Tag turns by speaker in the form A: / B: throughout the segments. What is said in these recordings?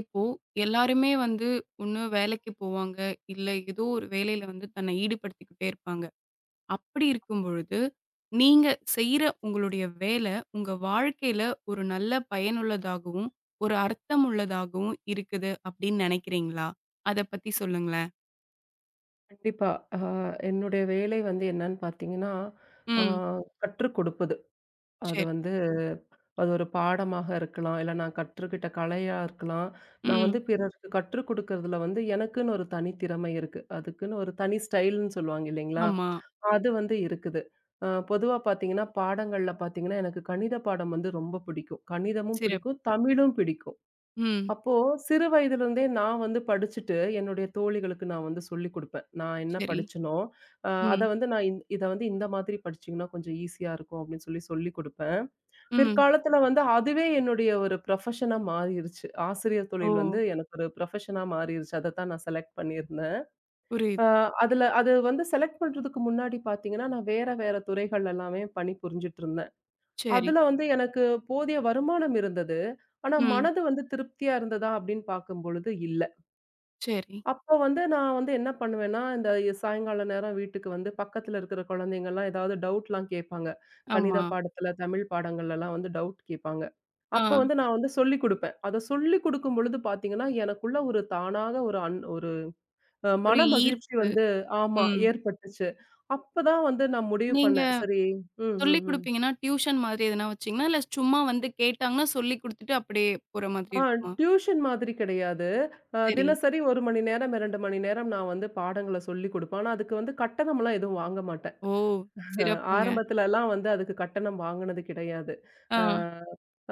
A: இப்போ எல்லாருமே வந்து ஒண்ணு வேலைக்கு போவாங்க. இல்ல ஏதோ ஒரு வேலையில வந்து தன்னை ஈடுபடுத்திக்கிட்டே இருப்பாங்க. அப்படி இருக்கும் பொழுது, நீங்க செய்ற உங்களுடைய வேலை உங்க வாழ்க்கையில ஒரு நல்ல பயனுள்ளதாகவும், ஒரு அர்த்தம் உள்ளதாகவும் இருக்குது அப்படின்னு நினைக்கிறீங்களா? அத பத்தி சொல்லுங்களேன்.
B: கண்டிப்பா. அ என்னுடைய வேலை வந்து என்னன்னு பார்த்தீங்கன்னா, அ
A: ம்.
B: கற்றுக் கொடுப்பது. அது
A: சரி.
B: வந்து அது ஒரு பாடமாக இருக்கலாம். இல்ல நான் கற்றுக்கிட்ட கலையா இருக்கலாம். நான்
A: ம்.
B: வந்து பிறருக்கு கற்றுக் கொடுக்கறதுல வந்து எனக்குன்னு ஒரு தனித்திறமை இருக்கு. அதுக்குன்னு ஒரு தனி ஸ்டைல்ன்னு சொல்லுவாங்க இல்லைங்களா?
A: ஆமா.
B: அது வந்து இருக்குது. பொதுவா பார்த்தீங்கன்னா, பாடங்கள்ல பார்த்தீங்கன்னா, எனக்கு கணித பாடம் வந்து ரொம்ப பிடிக்கும். கணிதமும்
A: சிறப்பு.
B: பிடிக்கும், தமிழும் பிடிக்கும்.
A: ம்.
B: அப்போ சிறு வயதிலிருந்தே நான் வந்து படிச்சுட்டு, என்னுடைய தோழிகளுக்கு நான் வந்து சொல்லிக் குடுப்பேன். நான் என்ன
A: சரி.
B: படிச்சேனோ, அ அத
A: ம்.
B: வந்து நான் இந் இத வந்து இந்த மாதிரி படிச்சீங்கன்னா கொஞ்சம் ஈஸியா இருக்கும் அப்படின்னு சொல்லி சொல்லிக் குடுப்பேன்.
A: ம்.
B: பிற்காலத்துல வந்து அதுவே என்னுடைய ஒரு ப்ரொஃபஷனா மாறிருச்சு. ஆசிரியர்
A: ஓ!
B: தொழில் வந்து எனக்கு ஒரு ப்ரொஃபஷனா மாறிருச்சு. அதத்தான் நான் செலக்ட் பண்ணியிருந்தேன். அ
A: புரியுது.
B: அதுல அது வந்து செலக்ட் பண்றதுக்கு முன்னாடி பார்த்தீங்கன்னா, நான் வேற வேற துறைகள் எல்லாமே பணிபுரிஞ்சுட்டு இருந்தேன்.
A: சரி.
B: அதுல வந்து எனக்கு போதிய வருமானம் இருந்தது. ஆனா
A: ம்.
B: மனது வந்து திருப்தியா இருந்ததா அப்படின்னு பார்க்கும்பொழுது இல்ல.
A: சரி.
B: அப்போ வந்து நான் வந்து என்ன பண்ணுவேன்னா, இந்த சாயங்கால நேரம் வீட்டுக்கு வந்து பக்கத்துல இருக்கிற குழந்தைங்கலாம் ஏதாவது டவுட்லாம் கேட்பாங்க. கணித
A: ஆமா.
B: பாடத்துல, தமிழ் பாடங்கள்லலாம் வந்து டவுட் கேட்பாங்க.
A: ஆ.
B: அப்போ வந்து நான் வந்து சொல்லிக் குடுப்பேன். அத சொல்லிக் குடுக்கும் பொழுது பார்த்தீங்கன்னா, எனக்குள்ள ஒரு தானாக ஒரு
A: ஒரு
B: மன மகிழ்ச்சி
A: ஈர்ப்பு.
B: வந்து ஆமா
A: ம்.
B: ஏற்பட்டுச்சு. அப்பதான் வந்து நான் முடிவு
A: நீங்க
B: பண்ணேன். சரி ம், ம்,
A: சொல்லிக்
B: ம்.
A: குடுப்பீங்கன்னா, டியூஷன் மாதிரி எதுனா வச்சீங்களா? இல்ல சும்மா வந்து கேட்டாங்கன்னா, சொல்லிக் குடுத்துட்டு அப்படியே போற மாதிரி
B: ஆ
A: இருக்குமா?
B: டியூஷன் மாதிரி கிடையாது.
A: சரி.
B: தினசரி 1 மணி நேரம், 2 மணி நேரம் நான் வந்து பாடங்கள சொல்லிக் குடுப்பேன். ஆனா, அதுக்கு வந்து கட்டணம்லாம் எதுவும் வாங்க மாட்டேன்.
A: ஓ!
B: அ
A: சிறப்புங்க.
B: ஆரம்பத்துலலாம் வந்து அதுக்கு கட்டணம் வாங்குனது கிடையாது. அ
A: ஆ.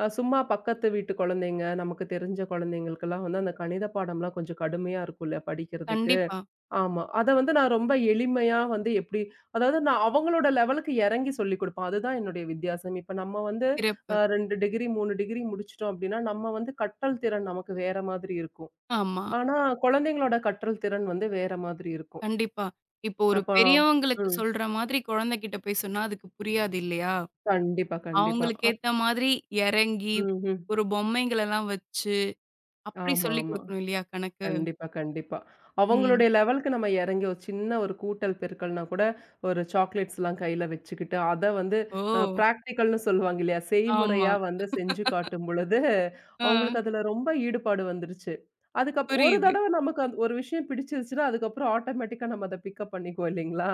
B: அ சும்மா பக்கத்து வீட்டு குழந்தைங்க, நமக்கு தெரிஞ்ச குழந்தைங்களுக்கெல்லாம் வந்து அந்த கணித பாடம்லாம் கொஞ்சம் கடுமையா இருக்கும்ல படிக்கிறதுக்கு.
A: கண்டிப்பா.
B: ஆமா. அத வந்து நான் ரொம்ப எளிமையா வந்து எப்டி அதாவது நான் அவங்களோட லெவலுக்கு இறங்கி சொல்லிக் குடுப்பேன். அதுதான் என்னுடைய வித்தியாசம். இப்ப நம்ம வந்து
A: சிறப்பு.
B: 2 டிகிரி, 3 டிகிரி முடிச்சுட்டோம் அப்டின்னா, நம்ம வந்து கற்றல் திறன் நமக்கு வேற மாதிரி இருக்கும்.
A: ஆமா.
B: ஆனா, குழந்தைங்களோட கற்றல் திறன் வந்து வேற மாதிரி இருக்கும்.
A: கண்டிப்பா. இப்போ ஒரு
B: அப்போ
A: பெரியவங்களுக்கு
B: ம்.
A: சொல்ற மாதிரி குழந்தைகிட்ட போய் சொன்னா அதுக்கு புரியாது இல்லையா?
B: கண்டிப்பா, கண்டிப்பா.
A: அவங்களுக்கு ஏத்த மாதிரி இறங்கி,
B: ம். ம்.
A: ஒரு பொம்மைங்களெல்லாம் வச்சு, அப்படி
B: ஆமா,
A: சொல்லிக்
B: ஆமா.
A: குடுக்கணும் இல்லையா கணக்கு?
B: கண்டிப்பா, கண்டிப்பா.
A: ம்.
B: அவங்களுடைய லெவலுக்கு நம்ம இறங்கி ஒரு சின்ன ஒரு கூட்டல், பெருக்கல்னா கூட ஒரு சாக்லேட்ஸ்லாம் கையில வச்சுக்கிட்டு, அத வந்து
A: ஓ!
B: பிராக்டிகல்னு சொல்லுவாங்க இல்லையா?
A: ஆமா.
B: செய்முறையா வந்து செஞ்சு காட்டும் பொழுது,
A: ஆ.
B: அவங்களுக்கு அதுல ரொம்ப ஈடுபாடு வந்துருச்சு. ஒரு
A: புரியுது.
B: தடவ நமக்கு ஒரு விஷயம் பிடிச்சிருச்சுன்னா, அதுக்கப்புறம் ஆட்டோமேட்டிக்கா நம்ம அத பிக்கப் பண்ணிக்குவோம் இல்லைங்களா?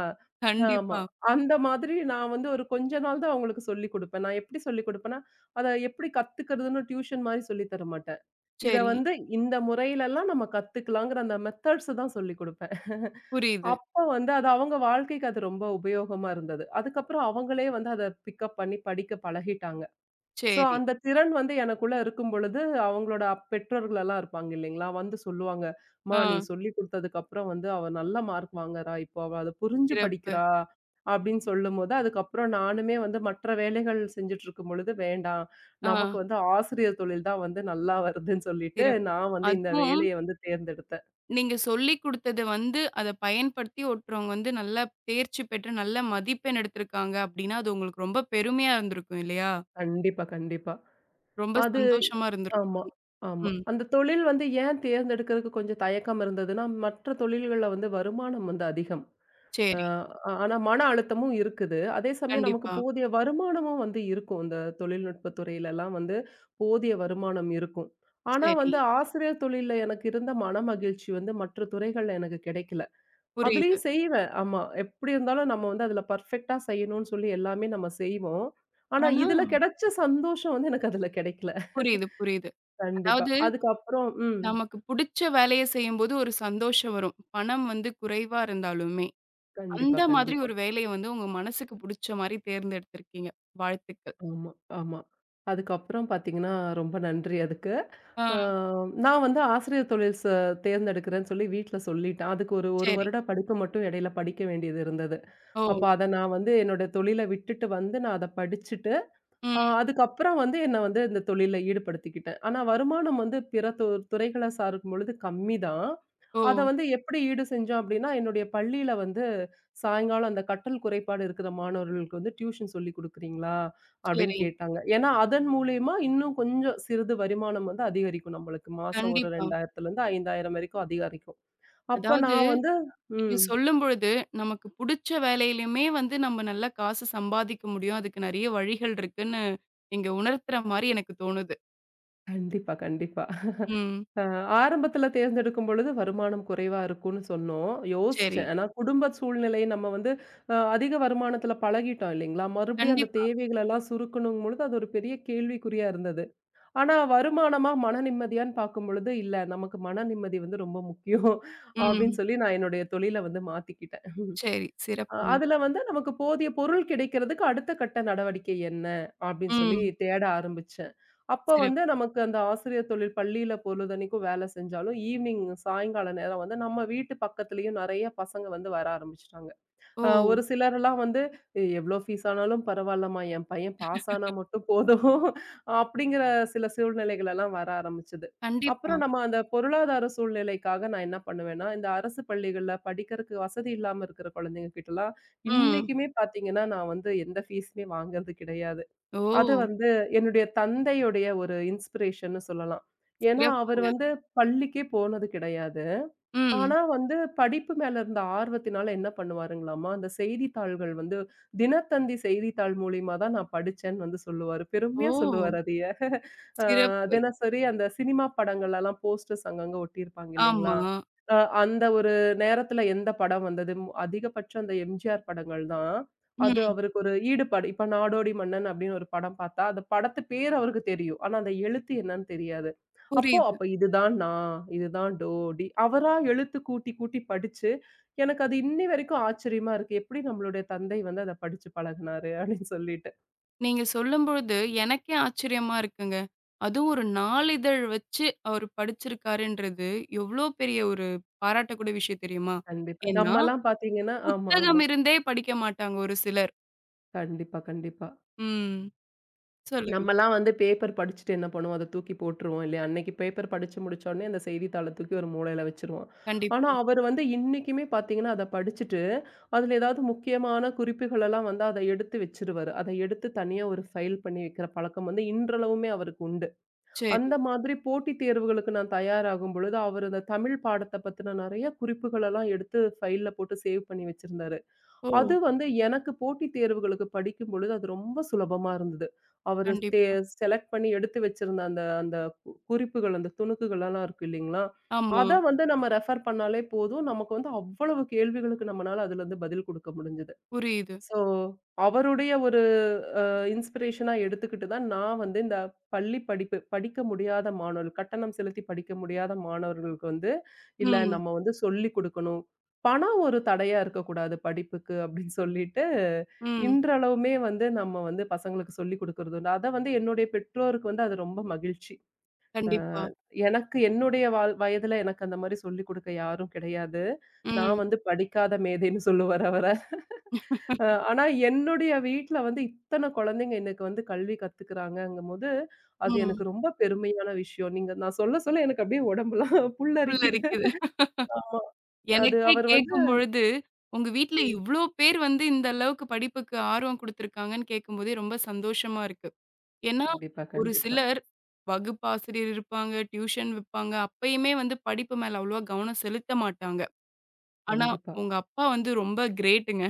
B: ஆமா.
A: கண்டிப்பா.
B: அந்த மாதிரி நான் வந்து ஒரு கொஞ்ச நாள் தான் அவங்களுக்கு சொல்லிக் குடுப்பேன். நான் எப்படி சொல்லிக் குடுப்பேன்னா, அத எப்படி கத்துக்கிறதுன்னு டியூஷன் மாரி சொல்லி தர மாட்டேன். இத
A: சரி.
B: வந்து இந்த முறையிலலாம் நம்ம கத்துக்கலாங்கிற அந்த மெத்தட்ஸ் தான் சொல்லிக் குடுப்பேன்.
A: புரியுது.
B: அப்ப வந்து அது அவங்க வாழ்க்கைக்கு அது ரொம்ப உபயோகமா இருந்தது. அதுக்கப்புறம் அவங்களே வந்து அத பிக்கப் பண்ணி படிக்க பழகிட்டாங்க. சோ,
A: சரி.
B: அந்த திறன் வந்து எனக்குள்ள இருக்கும் பொழுது, அவங்களோட பெற்றோர்கள் எல்லாம் இருப்பாங்க இல்லைங்களா? வந்து சொல்லுவாங்க, "அம்மா நீ
A: ஆ.
B: சொல்லிக் குடுத்ததுக்கு அப்புறம் வந்து அவ நல்ல மார்க் வாங்குறா. இப்போ அவ அத புரிஞ்சு
A: சிறப்பு.
B: படிக்கிறா." அப்படின்னு சொல்லும்போது, அதுக்கப்புறம் நானுமே வந்து மற்ற வேலைகள் செஞ்சுட்டு இருக்கும் பொழுது, "வேண்டாம்,
A: ஆ.
B: நமக்கு வந்து ஆசிரியர் தொழில் தான் வந்து நல்லா வருதுன்னு" சொல்லிட்டு,
A: சிறப்பு.
B: நான் வந்து இந்த
A: அதுவும்
B: வேலைய வந்து தேர்ந்தெடுத்தேன்.
A: நீங்க சொல்லிக் குடுத்தத வந்து, அத பயன்படுத்தி ஒருத்தவங்க வந்து நல்லா தேர்ச்சி பெற்று நல்ல மதிப்பெண் எடுத்திருக்காங்க அப்டின்னா, அது உங்களுக்கு ரொம்ப பெருமையா இருந்திருக்கும் இல்லையா?
B: கண்டிப்பா, கண்டிப்பா.
A: ரொம்ப
B: அது
A: சந்தோஷமா இருந்திருக்கும்.
B: ஆமா, ஆமா.
A: ம்.
B: அந்த தொழில் வந்து ஏன் தேர்ந்தெடுக்கிறதுக்கு கொஞ்சம் தயக்கம் இருந்ததுன்னா, மற்ற தொழில்கள்ல வந்து வருமானம் வந்து அதிகம். அ
A: சரி.
B: ஆனா மன அழுத்தமும் இருக்குது. அதே சமயம் நமக்கு
A: கண்டிப்பா.
B: போதிய வருமானமும் வந்து இருக்கும். இந்த தொழில்நுட்பத் துறையிலலாம் வந்து போதிய வருமானம் இருக்கும். ஆனா
A: சரி.
B: வந்து ஆசிரியர் தொழில்ல எனக்கு இருந்த மனமகிழ்ச்சி வந்து மற்ற துறைகள்ல எனக்கு கிடைக்கல.
A: புரியுது.
B: அதுலயும் செய்வேன். ஆமா. எப்படி இருந்தாலும் நம்ம வந்து அதுல பெர்ஃபெக்ட்டா செய்யணும்னு சொல்லி எல்லாமே நம்ம செய்வோம். ஆனா
A: ஆனா
B: இதுல கிடைச்ச சந்தோஷம் வந்து எனக்கு அதுல கிடைக்கல.
A: புரியுது, புரியுது.
B: கண்டிப்பா.
A: அதாவது
B: அதுக்கப்புறம் ம்.
A: நமக்கு புடிச்ச வேலைய செய்யும்போது ஒரு சந்தோஷம் வரும். பணம் வந்து குறைவா இருந்தாலுமே.
B: கண்டிப்பா,
A: அந்த மாதிரி
B: கண்டிப்பா.
A: ஒரு வேலைய வந்து உங்க மனசுக்கு புடிச்ச மாரி தேர்ந்தெடுத்திருக்கீங்க. வாழ்த்துக்கள்.
B: ஆமா, ஆமா. அதுக்கப்புறம் பார்த்தீங்கன்னா, ரொம்ப நன்றி அதுக்கு.
A: ஆ
B: அ நான் வந்து ஆசிரியர் தொழில் தேர்ந்தெடுக்கிறேன்னு சொல்லி வீட்ல சொல்லிட்டேன். அதுக்கு ஒரு 1
A: சரி.
B: வருட படிப்பு மட்டும் இடையில படிக்க வேண்டியது இருந்தது.
A: ஓ!
B: அப்ப அத நான் வந்து என்னோட தொழில விட்டுட்டு வந்து நான் அத படிச்சுட்டு,
A: ம்.
B: அதுக்கப்புறம் வந்து என்ன வந்து இந்த தொழில்ல ஈடுபடுத்திக்கிட்டேன். ஆனா வருமானம் வந்து பிற துறைகள சார்க்கும் பொழுது கம்மி தான்.
A: ஓ!
B: அத வந்து எப்படி ஈடு செஞ்சோம் அப்படின்னா, என்னுடைய பள்ளியில வந்து சாயங்காலம் அந்த கற்றல் குறைபாடு இருக்கிற மாணவர்களுக்கு வந்து டியூஷன் சொல்லிக் குடுக்குறீங்களா? அப்படின்னு
A: சரி.
B: கேட்டாங்க. ஏன்னா அதன் மூலியமா இன்னும் கொஞ்சம் சிறிது வருமானம் வந்து அதிகரிக்கும் நம்மளுக்கு. மாசம் ஒரு
A: கண்டிப்பா.
B: 2000லேருந்து 5,000 வரைக்கும் அதிகரிக்கும். அப்ப
A: அதாவது
B: நான் வந்து
A: நீங்க
B: ம்.
A: சொல்லும்பொழுது, நமக்கு புடிச்ச வேலையிலயுமே வந்து நம்ம நல்லா காசு சம்பாதிக்க முடியும். அதுக்கு நெறைய வழிகள் இருக்குன்னு நீங்க உணர்த்துற மாரி எனக்கு தோணுது.
B: கண்டிப்பா, கண்டிப்பா.
A: ம்.
B: அ ஆரம்பத்தில தேர்ந்தெடுக்கும் பொழுது வருமானம் குறைவா இருக்கும்னு சொன்னோம்.
A: சரி.
B: யோசிச்சேன். ஆனா குடும்ப சூழ்நிலை நம்ம வந்து அதிக வருமானத்தில பழகிட்டோம் இல்லைங்களா? மறுபடியும் அந்த
A: கண்டிப்பா.
B: தேவைகளெல்லாம் சுருக்கணும் பொழுது அது ஒரு பெரிய கேள்விக்குறியா இருந்தது. ஆனா வருமானமா மன நிம்மதியான்னு பார்க்கும் பொழுது, இல்ல நமக்கு மன நிம்மதி வந்து ரொம்ப முக்கியம் அப்படின்னு
A: ம்.
B: சொல்லி நான் என்னுடைய தொழில வந்து மாத்திக்கிட்டேன்.
A: சரி. சிறப்புங்க.
B: அதுல வந்து நமக்கு போதிய பொருள் கிடைக்கிறதுக்கு அடுத்த கட்ட நடவடிக்கை என்ன? அப்படின்னு சொல்லி
A: ம்.
B: தேட ஆரம்பிச்சேன். அப்ப வந்து
A: சிறப்பு.
B: நமக்கு அந்த ஆசிரியர் தொழில் பள்ளியில பொழுதன்னைக்கும் வேலை செஞ்சாலும், ஈவினிங் சாயங்கால நேரம் வந்து நம்ம வீட்டு பக்கத்துலயும் நெறைய பசங்க வந்து வர ஆரம்பிச்சுட்டாங்க.
A: ஓ!
B: ஒரு சிலர்லாம் வந்து எவ்ளோ ஃபீஸ் ஆனாலும் பரவாயில்லம்மா, என் பையன் பாஸ் ஆனா மட்டும் போதும் அப்படிங்கிற சில சூழ்நிலைகள் எல்லாம் வர ஆரம்பிச்சது.
A: கண்டிப்பா.
B: அப்புறம் நம்ம அந்த பொருளாதார சூழ்நிலைக்காக நான் என்ன பண்ணுவேன்னா, இந்த அரசு பள்ளிகள்ல படிக்கிறதுக்கு வசதி இல்லாம இருக்கிற குழந்தைங்க கிட்டலாம்
A: ம்.
B: இன்னைக்குமே பார்த்தீங்கன்னா, நான் வந்து எந்த ஃபீஸுமே வாங்குறது கிடையாது.
A: ஓ!
B: அது வந்து என்னுடைய தந்தையுடைய ஒரு இன்ஸ்பிரேஷன்னு சொல்லலாம். ஏன்னா அவர்
A: சிறப்புங்க.
B: வந்து பள்ளிக்கே போனது கிடையாது.
A: ம்.
B: ஆனா வந்து படிப்பு மேல இருந்த ஆர்வத்தினால என்ன பண்ணுவாருங்களாம்மா, அந்த செய்தித்தாள்கள் வந்து தினத்தந்தி செய்தித்தாள் மூலியமா தான் நான் படிச்சேன்னு வந்து சொல்லுவாரு. பெருமையா
A: ஓ!
B: சொல்லுவாரு அதைய. அ
A: சிறப்பு.
B: தினசரி அந்த சினிமா படங்கள்லலாம் போஸ்டர்ஸ் அங்கங்க ஒட்டியிருப்பாங்க இல்லைங்களா?
A: ஆமா.
B: அ அந்த ஒரு நேரத்துல எந்த படம் வந்தது? அதிகபட்சம் அந்த எம்ஜிஆர் படங்கள் தான். அது
A: ம்.
B: அவருக்கு ஒரு ஈடுபாடு. இப்ப "நாடோடி மன்னன்" அப்படின்னு ஒரு படம் பார்த்தா, அந்த படத்து பேர் அவருக்கு தெரியும். ஆனா அந்த எழுத்து என்னன்னு தெரியாது. அப்போ
A: புரியுது.
B: அப்ப இதுதான் நான். இதுதான் டோ, டி அவரா எழுத்து கூட்டி, கூட்டி படிச்சு, எனக்கு அது இன்னி வரைக்கும் ஆச்சரியமா இருக்கு. எப்படி நம்மளுடைய தந்தை வந்து அத படிச்சு பழகுனாரு அப்படின்னு சொல்லிட்டு.
A: நீங்க சொல்லும்பொழுது எனக்கே ஆச்சரியமா இருக்குங்க. அதுவும் ஒரு நாளிதழ் வச்சு அவர் படிச்சிருக்காருன்றது, எவ்ளோ பெரிய ஒரு பாராட்டக்கூடிய விஷயம் தெரியுமா?
B: கண்டிப்பா.
A: ஏன்னா,
B: நம்மலாம் பார்த்தீங்கன்னா ஆமா, ஆமா.
A: புத்தகம் இருந்தே படிக்க மாட்டாங்க ஒரு சிலர்.
B: கண்டிப்பா, கண்டிப்பா.
A: ம். சொல்லுங்க.
B: நம்மலாம் வந்து பேப்பர் படிச்சுட்டு என்ன பண்ணுவோம்? அத தூக்கி போட்டுருவோம் இல்லையா? அன்னைக்கு பேப்பர் படிச்சு முடிச்ச உடனே அந்த செய்தித்தாள தூக்கி ஒரு மூலையில வச்சுருவோம். ஆனா,
A: கண்டிப்பா.
B: அவரு வந்து இன்னைக்குமே பார்த்தீங்கன்னா, அத படிச்சுட்டு, அதுல ஏதாவது முக்கியமான குறிப்புகள் எல்லாம் வந்து அத எடுத்து வச்சுருவாரு. அத எடுத்து தனியா ஒரு ஃபைல் பண்ணி வைக்கிற பழக்கம் வந்து இன்றளவுமே அவருக்கு உண்டு.
A: சரி.
B: அந்த மாதிரி போட்டித் தேர்வுகளுக்கு நான் தயாராகும் பொழுது, அவரு அந்த தமிழ் பாடத்த பத்தின நெறைய குறிப்புகள் எல்லாம் எடுத்து ஃபைல்ல போட்டு சேவ் பண்ணி வச்சிருந்தாரு.
A: ஓ!
B: அது வந்து எனக்கு போட்டித் தேர்வுகளுக்கு படிக்கும் பொழுது அது ரொம்ப சுலபமா இருந்தது. அவரு
A: கண்டிப்பா.
B: செலக்ட் பண்ணி எடுத்து வச்சிருந்த அந்த அந்த குறிப்புகள், அந்த துணுக்குகள்லாம் இருக்கு இல்லைங்களா?
A: ஆமா.
B: அத வந்து நம்ம ரெஃபர் பண்ணாலே போதும். நமக்கு வந்து அவ்வளவு கேள்விகளுக்கு நம்மனால அதுலருந்து பதில் குடுக்க முடிஞ்சது.
A: புரியுது.
B: ஸோ, அவருடைய ஒரு அ இன்ஸ்பிரேஷனா எடுத்துக்கிட்டு தான் நான் வந்து இந்த பள்ளி படிப்பு படிக்க முடியாத மாணவர்கள், கட்டணம் செலுத்தி படிக்க முடியாத மாணவர்களுக்கு வந்து, "இல்ல
A: ம்.
B: நம்ம வந்து சொல்லிக் குடுக்கணும். பணம் ஒரு தடையா இருக்கக்கூடாது படிப்புக்கு." அப்படின்னு சொல்லிட்டு,
A: ம்.
B: இன்றளவுமே வந்து நம்ம வந்து பசங்களுக்கு சொல்லிக் குடுக்கறது உண்டு. அத வந்து என்னுடைய பெற்றோருக்கு வந்து அது ரொம்ப மகிழ்ச்சி. அ
A: கண்டிப்பா.
B: எனக்கு என்னுடைய வயதுல எனக்கு அந்த மாரி சொல்லிக் குடுக்க யாரும் கிடையாது. நான்
A: ம்.
B: வந்து படிக்காத மேதைன்னு சொல்லுவாரு அவர. ஆனா என்னுடைய வீட்ல வந்து இத்தன குழந்தைங்க எனக்கு வந்து கல்வி கத்துக்கிறாங்கங்கும்போது, அது
A: ம்.
B: எனக்கு ரொம்ப பெருமையான விஷயம். நீங்க நான் சொல்ல சொல்ல எனக்கு அப்படியே உடம்பெல்லாம் புல்லரிக்குது.
A: புல்லரிக்குது.
B: ஆமா. அது
A: எனக்கே
B: அவர் வந்து
A: கேட்கும்பொழுது, உங்க வீட்ல
B: ம்.
A: இவ்ளோ பேர் வந்து இந்த அளவுக்கு படிப்புக்கு ஆர்வம் குடுத்துருக்காங்கன்னு கேட்கும்போதே ரொம்ப சந்தோஷமா இருக்கு. ஏன்னா,
B: கண்டிப்பா,
A: ஒரு
B: கண்டிப்பா,
A: சிலர் வகுப்பாசிரியர் இருப்பாங்க, டியூஷன் வைப்பாங்க. அப்பயுமே வந்து படிப்பு மேல அவ்வளவா கவனம் செலுத்த மாட்டாங்க. ஆனா,
B: கண்டிப்பா.
A: உங்க அப்பா வந்து ரொம்ப கிரேட்டுங்க.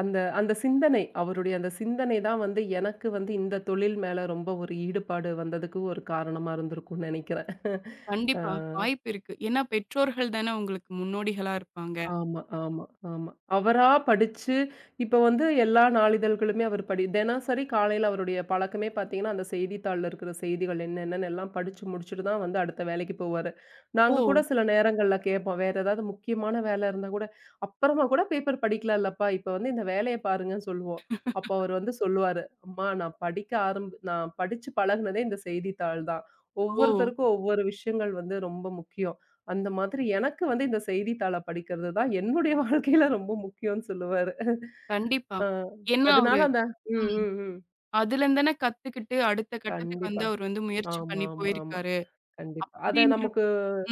B: அந்த அந்த சிந்தனை, அவருடைய அந்த சிந்தனை தான் வந்து எனக்கு வந்து இந்த தொழில் மேல ரொம்ப ஒரு ஈடுபாடு வந்ததுக்கு ஒரு காரணமா இருந்திருக்கும்னு நெனைக்கிறேன். அ.
A: கண்டிப்பா. வாய்ப்பு இருக்கு. ஏன்னா, பெற்றோர்கள் தானே உங்களுக்கு முன்னோடிகளா இருப்பாங்க.
B: ஆமா, ஆமா, ஆமா. அவரா படிச்சு, இப்ப வந்து எல்லா நாளிதழ்களுமே அவர் தினசரி காலையில அவருடைய பழக்கமே பார்த்தீங்கன்னா, அந்த செய்தித்தாள்ல இருக்கிற செய்திகள் என்னென்னன்னு எல்லாம் படிச்சு முடிச்சுட்டு தான் வந்து அடுத்த வேலைக்கு போவாரு.
A: ஓ!
B: நாங்க கூட சில நேரங்கள்ல கேட்போம். வேற ஏதாவது முக்கியமான வேலை இருந்தா கூட, "அப்புறமா கூட பேப்பர் படிக்கலாம் இல்லப்பா, இப்ப வந்து இந்த வேலைய பாருங்கன்னு" சொல்லுவோம். அப்போ அவர் வந்து சொல்லுவாரு, "அம்மா நான் படிக்க நான் படிச்சு பழகுனதே இந்த செய்தித்தாள் தான்."
A: ஓ!
B: ஒவ்வொருத்தருக்கும் ஒவ்வொரு விஷயங்கள் வந்து ரொம்ப முக்கியம். அந்த மாதிரி எனக்கு வந்து இந்த செய்தித்தாள படிக்கிறது தான் என்னுடைய வாழ்க்கையில ரொம்ப முக்கியம்னு சொல்லுவாரு.
A: கண்டிப்பா.
B: அ
A: ஏன்னா,
B: அதனால
A: அவரு
B: அந்த ம்,
A: ம்.
B: ம், ம்.
A: அதுலேருந்து தானே கத்துக்கிட்டு அடுத்த கட்டத்துக்கு வந்து
B: கண்டிப்பா.
A: அவர் வந்து முயற்சி
B: ஆமா,
A: பண்ணி
B: ஆமா, ஆமா.
A: போயிருக்காரு.
B: கண்டிப்பா. அத
A: அப்படின்ற
B: நமக்கு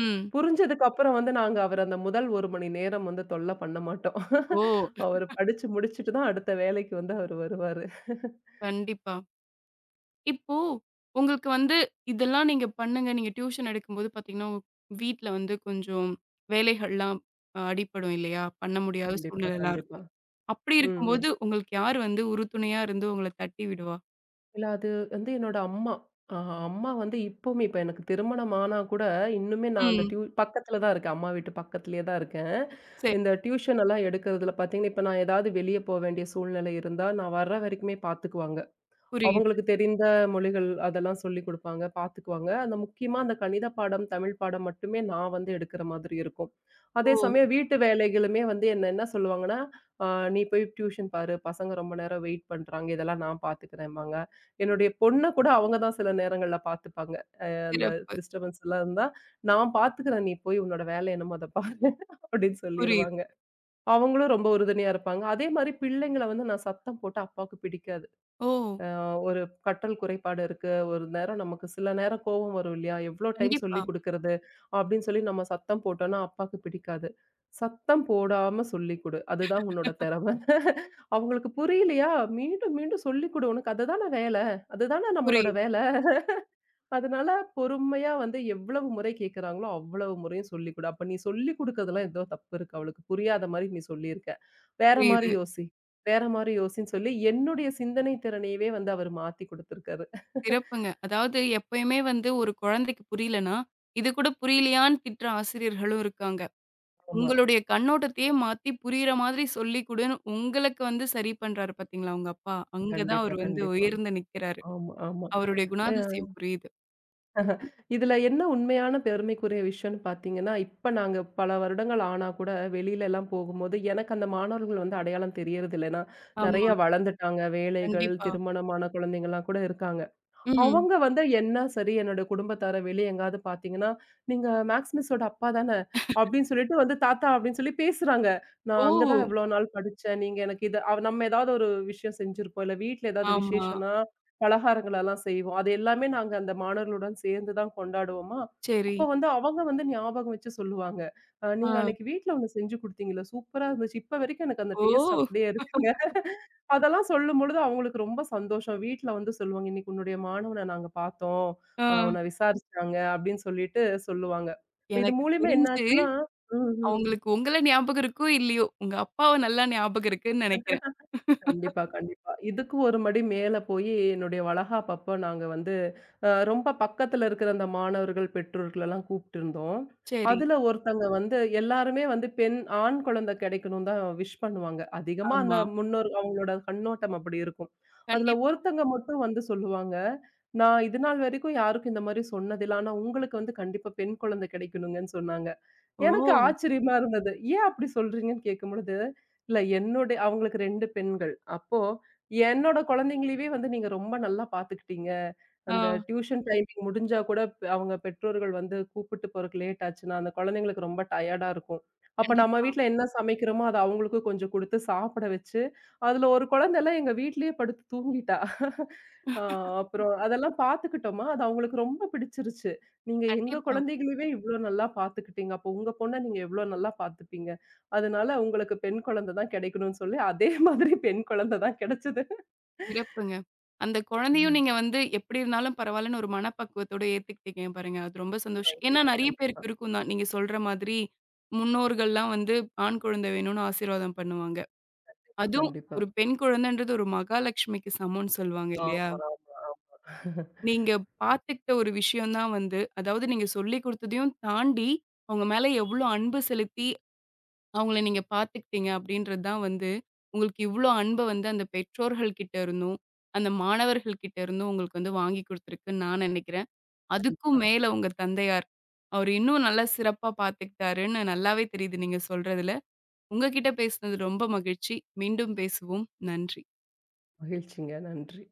A: ம்.
B: புரிஞ்சதுக்கு அப்புறம் வந்து நாங்க அவர அந்த முதல் 1 மணி நேரம் வந்து தொல்ல பண்ண மாட்டோம்.
A: ஓ!
B: அவரு படிச்சு முடிச்சுட்டு தான் அடுத்த வேலைக்கு வந்து அவரு வருவாரு.
A: கண்டிப்பா. இப்போ உங்களுக்கு வந்து இதெல்லாம் நீங்க பண்ணுங்க. நீங்க டியூஷன் எடுக்கும்போது பார்த்தீங்கன்னா, உங்க வீட்ல வந்து கொஞ்சம் வேலைகள்லாம் அடிபடும் இல்லையா? பண்ண முடியாத
B: கண்டிப்பா,
A: சூழ்நிலைலாம்
B: கண்டிப்பா.
A: இருக்கும். அப்படி
B: ம், ம்.
A: இருக்கும்போது உங்களுக்கு யார் வந்து உறுதுணையா இருந்து உங்கள தட்டி விடுவா?
B: இல்ல அது வந்து என்னோட அம்மா. அ அம்மா வந்து இப்பவுமே இப்ப எனக்கு திருமணம் ஆனா கூட, இன்னுமே நான் அந்த
A: ம்.
B: பக்கத்துல தான் இருக்கேன். அம்மா வீட்டு பக்கத்துலயே தான் இருக்கேன்.
A: சரி.
B: இந்த டியூஷன் எல்லாம் எடுக்கிறதுல பார்த்தீங்கன்னா, இப்ப நான் ஏதாவது வெளிய வேண்டிய சூழ்நிலை இருந்தா, நான் வர்ற வரைக்குமே பார்த்துக்குவாங்க.
A: புரியுது.
B: அவங்களுக்கு தெரிந்த மொழிகள் அதெல்லாம் சொல்லிக் குடுப்பாங்க, பார்த்துக்குவாங்க. அந்த முக்கியமா அந்த கணித பாடம், தமிழ் பாடம் மட்டுமே நான் வந்து எடுக்கிற மாதிரி இருக்கும். அதே
A: ஓ!
B: சமயம் வீட்டு வேலைகளுமே வந்து என்ன என்ன சொல்லுவாங்கன்னா, "அ நீ போய் டியூஷன் பாரு, பசங்க ரொம்ப நேரம் வெயிட் பண்றாங்க. இதெல்லாம் நான் பார்த்துக்கிறேம்பாங்க." என்னுடைய பொண்ண கூட அவங்க தான் சில நேரங்கள்ல பார்த்துப்பாங்க. அந்த
A: சிறப்பு.
B: டிஸ்டர்பன்ஸ் எல்லாம் இருந்தா, "நான் பார்த்துக்கிறேன். நீ போய் உன்னோட வேலை என்னமோ அத பாரு." அப்படின்னு
A: புரியுது.
B: சொல்லிருவாங்க. அவங்களும் ரொம்ப உறுதுணையா இருப்பாங்க. அதே மாரி பிள்ளைங்கள வந்து நான் சத்தம் போட்டு அப்பாவுக்கு பிடிக்காது.
A: ஓ!
B: அ ஒரு கற்றல் குறைபாடு இருக்கு. ஒரு நேரம் நமக்கு சில நேரம் கோவம் வரும் இல்லையா? எவ்ளோ டைம்
A: கண்டிப்பா.
B: சொல்லிக் குடுக்கறது? அப்படின்னு சொல்லி நம்ம சத்தம் போட்டோம்னா, அப்பாக்கு பிடிக்காது. சத்தம் போடாம சொல்லிக் குடு. அதுதான் உன்னோட திறமை. அவங்களுக்கு புரியலையா? மீண்டும் மீண்டும் சொல்லிக் குடு. உனக்கு அதுதான வேலை. அதுதான நம்மளோட
A: புரியுது,
B: வேலை. அதனால பொறுமையா வந்து எவ்வளவு முறை கேட்குறாங்களோ, அவ்வளவு முறையும் சொல்லிக் குடு. அப்ப நீ சொல்லிக் குடுக்கிறதுல ஏதோ தப்பு இருக்கு. அவளுக்கு புரியாத மாரி நீ சொல்லியிருக்க. வேற மாரி
A: புரியுது.
B: யோசி, வேற மாரி யோசின்னு சொல்லி என்னுடைய சிந்தனை திறனையவே வந்து அவரு மாத்தி குடுத்திருக்காரு.
A: சிறப்புங்க. அதாவது எப்பயுமே வந்து ஒரு குழந்தைக்கு புரியலன்னா, இது கூட புரியலையான்னு திட்டுற ஆசிரியர்களும் இருக்காங்க.
B: ஆமா.
A: உங்களுடைய கண்ணோட்டத்தையே மாத்தி புரியிற மாதிரி சொல்லிக் குடுன்னு, உங்களுக்கு வந்து சரி பண்றாரு பார்த்தீங்களா உங்க அப்பா. அங்க தான்
B: கண்டிப்பா,
A: அவரு வந்து
B: கண்டிப்பா.
A: உயர்ந்து நிக்கிறாரு.
B: ஆமா, ஆமா.
A: அவருடைய
B: அ
A: குணாதிசயம் புரியுது.
B: இதுல என்ன உண்மையான பெருமைக்குரிய விஷயம்னு பார்த்தீங்கன்னா, இப்ப நாங்க பல வருடங்கள் ஆனா கூட வெளியில எல்லாம் போகும்போது, எனக்கு அந்த மாணவர்கள் வந்து அடையாளம் தெரியறதில்ல. ஏன்னா,
A: ஆமா,
B: நெறைய வளர்ந்துட்டாங்க. வேலைகள்,
A: கண்டிப்பா.
B: திருமணமான குழந்தைங்கலாம் கூட இருக்காங்க.
A: ம்.
B: அவங்க வந்து என்ன சரி என்னோட குடும்பத்தார வெளிய எங்கேயாவது பார்த்தீங்கன்னா, "நீங்க மேக்ஸ் மிஸ்ஸோட அப்பா தான?" அப்படின்னு சொல்லிட்டு வந்து தாத்தா அப்படின்னு சொல்லி பேசுறாங்க.
A: ஓ!
B: "நான் அங்க தான் இவ்வளோ நாள் படிச்சேன். நீங்க எனக்கு இது" அவ நம்ம ஏதாவது ஒரு விஷயம் செஞ்சிருப்போம். இல்ல வீட்ல ஏதாவது
A: ஆமா.
B: விசேஷம்னா, பலகாரங்கள் எல்லாம் செய்வோம். அது எல்லாமே நாங்க அந்த மாணவர்களுடன் சேர்ந்து தான் கொண்டாடுவோமா,
A: சரி.
B: அப்போ வந்து அவங்க வந்து ஞாபகம் வச்சு சொல்லுவாங்க. நீங்க
A: ஆ.
B: அன்னைக்கு வீட்ல ஒண்ணு செஞ்சு குடுத்தீங்கல்ல, சூப்பரா இருந்துச்சு. இப்ப வரைக்கும் எனக்கு அந்த
A: ஓ!
B: டேஸ்ட் அப்படியே இருக்குங்க." அதெல்லாம் சொல்லும்பொழுது அவங்களுக்கு ரொம்ப சந்தோஷம். வீட்ல வந்து சொல்லுவாங்க, "இன்னைக்கு உன்னுடைய மாணவன நாங்க பார்த்தோம்.
A: ஆ.
B: உன்ன விசாரிச்சாங்க" அப்படின்னு சொல்லிட்டு சொல்லுவாங்க. இப்ப இது
A: எனக்கு
B: மூலியமா என்ன
A: தெரிஞ்சு
B: ஆச்சுன்னா ம், ம்.
A: அவங்களுக்கு உங்கள ஞாபகம் இருக்கோ! இல்லையோ! உங்க அப்பாவ நல்லா ஞாபகம் இருக்குன்னு நெனைக்கிறேன்.
B: கண்டிப்பா, கண்டிப்பா. இதுக்கு ஒரு மடி மேல போயி, என்னுடைய வளகாப்பப்ப நாங்க வந்து, ரொம்ப பக்கத்துல இருக்கிற அந்த மாணவர்கள், பெற்றோர்களெல்லாம் கூப்ட்டுருந்தோம்.
A: சரி.
B: அதுல ஒருத்தங்க வந்து எல்லாருமே வந்து பெண் ஆண் குழந்தை கிடைக்கணும்னு தான் விஷ் பண்ணுவாங்க. அதிகமா அந்த
A: ஆமா.
B: முன்னோர் அவங்களோட கண்ணோட்டம் அப்படி இருக்கும். அதுல
A: கண்டிப்பா.
B: ஒருத்தங்க மட்டும் வந்து சொல்லுவாங்க, "நான் இது நாள் வரைக்கும் யாருக்கும் இந்த மாரி சொன்னதில்ல. ஆனா உங்களுக்கு வந்து கண்டிப்பா பெண் குழந்தை கிடைக்கணுங்கன்னு" சொன்னாங்க.
A: ஓ!
B: எனக்கு ஆச்சரியமா இருந்தது. ஏன் அப்படி சொல்றீங்கன்னு கேட்கும்பொழுது, இல்ல என்னுடைய அவங்களுக்கு 2 பெண்கள். அப்போ என்னோட குழந்தைங்களையவே வந்து நீங்க ரொம்ப நல்லா பார்த்துக்கிட்டீங்க.
A: ஆ.
B: அந்த டியூஷன் டைமிங் முடிஞ்சா கூட அவங்க பெற்றோர்கள் வந்து கூப்பிட்டு போறக்கு லேட் ஆச்சுன்னா, அந்த குழந்தைங்களுக்கு ரொம்ப டயர்டா இருக்கும். அப்ப நம்ம
A: கண்டிப்பா,
B: வீட்ல என்ன சமைக்கிறோமோ, அத அவங்களுக்கும் கொஞ்சம் குடுத்து சாப்பிட வச்சு, அதுல ஒரு குழந்தைலாம் எங்க வீட்லயே படுத்து தூங்கிட்டா. ஆ அப்புறம் அதெல்லாம் பார்த்துக்கிட்டோமா, அது அவங்களுக்கு ரொம்ப பிடிச்சிருச்சு. நீங்க எங்க
A: கண்டிப்பா.
B: குழந்தைகளையவே இவ்ளோ நல்லா பார்த்துக்கிட்டீங்க. அப்போ உங்க பொண்ண நீங்க எவ்ளோ நல்லா பார்த்துப்பீங்க. அதனால உங்களுக்கு பெண் குழந்தை தான் கிடைக்கணும்னு சொல்லி, அதே மாதிரி பெண் குழந்தை தான் கிடைச்சது.
A: சிறப்புங்க. அந்த குழந்தையும்
B: ம்.
A: நீங்க வந்து எப்படி இருந்தாலும் பரவாயில்லன்னு ஒரு மனப்பக்குவத்தோட ஏத்துக்கிட்டீங்க பாருங்க. அது ரொம்ப சந்தோஷம். ஏன்னா
B: கண்டிப்பா,
A: நெறைய
B: கண்டிப்பா.
A: பேருக்கு இருக்கும் தான். நீங்க சொல்ற மாதிரி முன்னோர்கள்லாம் வந்து ஆண் குழந்தை வேணும்னு ஆசீர்வாதம் பண்ணுவாங்க. அதுவும்
B: கண்டிப்பா.
A: ஒரு
B: ம்.
A: பெண் குழந்தைன்றது ஒரு மகாலட்சுமிக்கு சமம்னு சொல்லுவாங்க இல்லையா?
B: ஆமா, ஆமா, ஆமா.
A: நீங்க பார்த்துக்கிட்ட ஒரு விஷயம் தான் வந்து அதாவது நீங்க சொல்லிக் குடுத்ததையும் தாண்டி அவங்க மேல எவ்ளோ அன்பு செலுத்தி அவங்கள நீங்க பார்த்துக்கிட்டீங்க அப்படின்றது தான் வந்து, உங்களுக்கு இவ்ளோ அன்ப வந்து அந்த பெற்றோர்கள் கிட்ட இருந்தும், அந்த மாணவர்கள் கிட்ட இருந்தும் உங்களுக்கு வந்து வாங்கி குடுத்துருக்குன்னு நான் நெனைக்கிறேன். அதுக்கும்
B: கண்டிப்பா.
A: மேல உங்க தந்தையார், அவரு இன்னும் நல்லா சிறப்பா பார்த்துக்கிட்டாருன்னு நல்லாவே தெரியுது நீங்க சொல்றதுல. உங்க கிட்ட பேசினது ரொம்ப மகிழ்ச்சி. மீண்டும் பேசுவோம். நன்றி.
B: மகிழ்ச்சிங்க. நன்றி.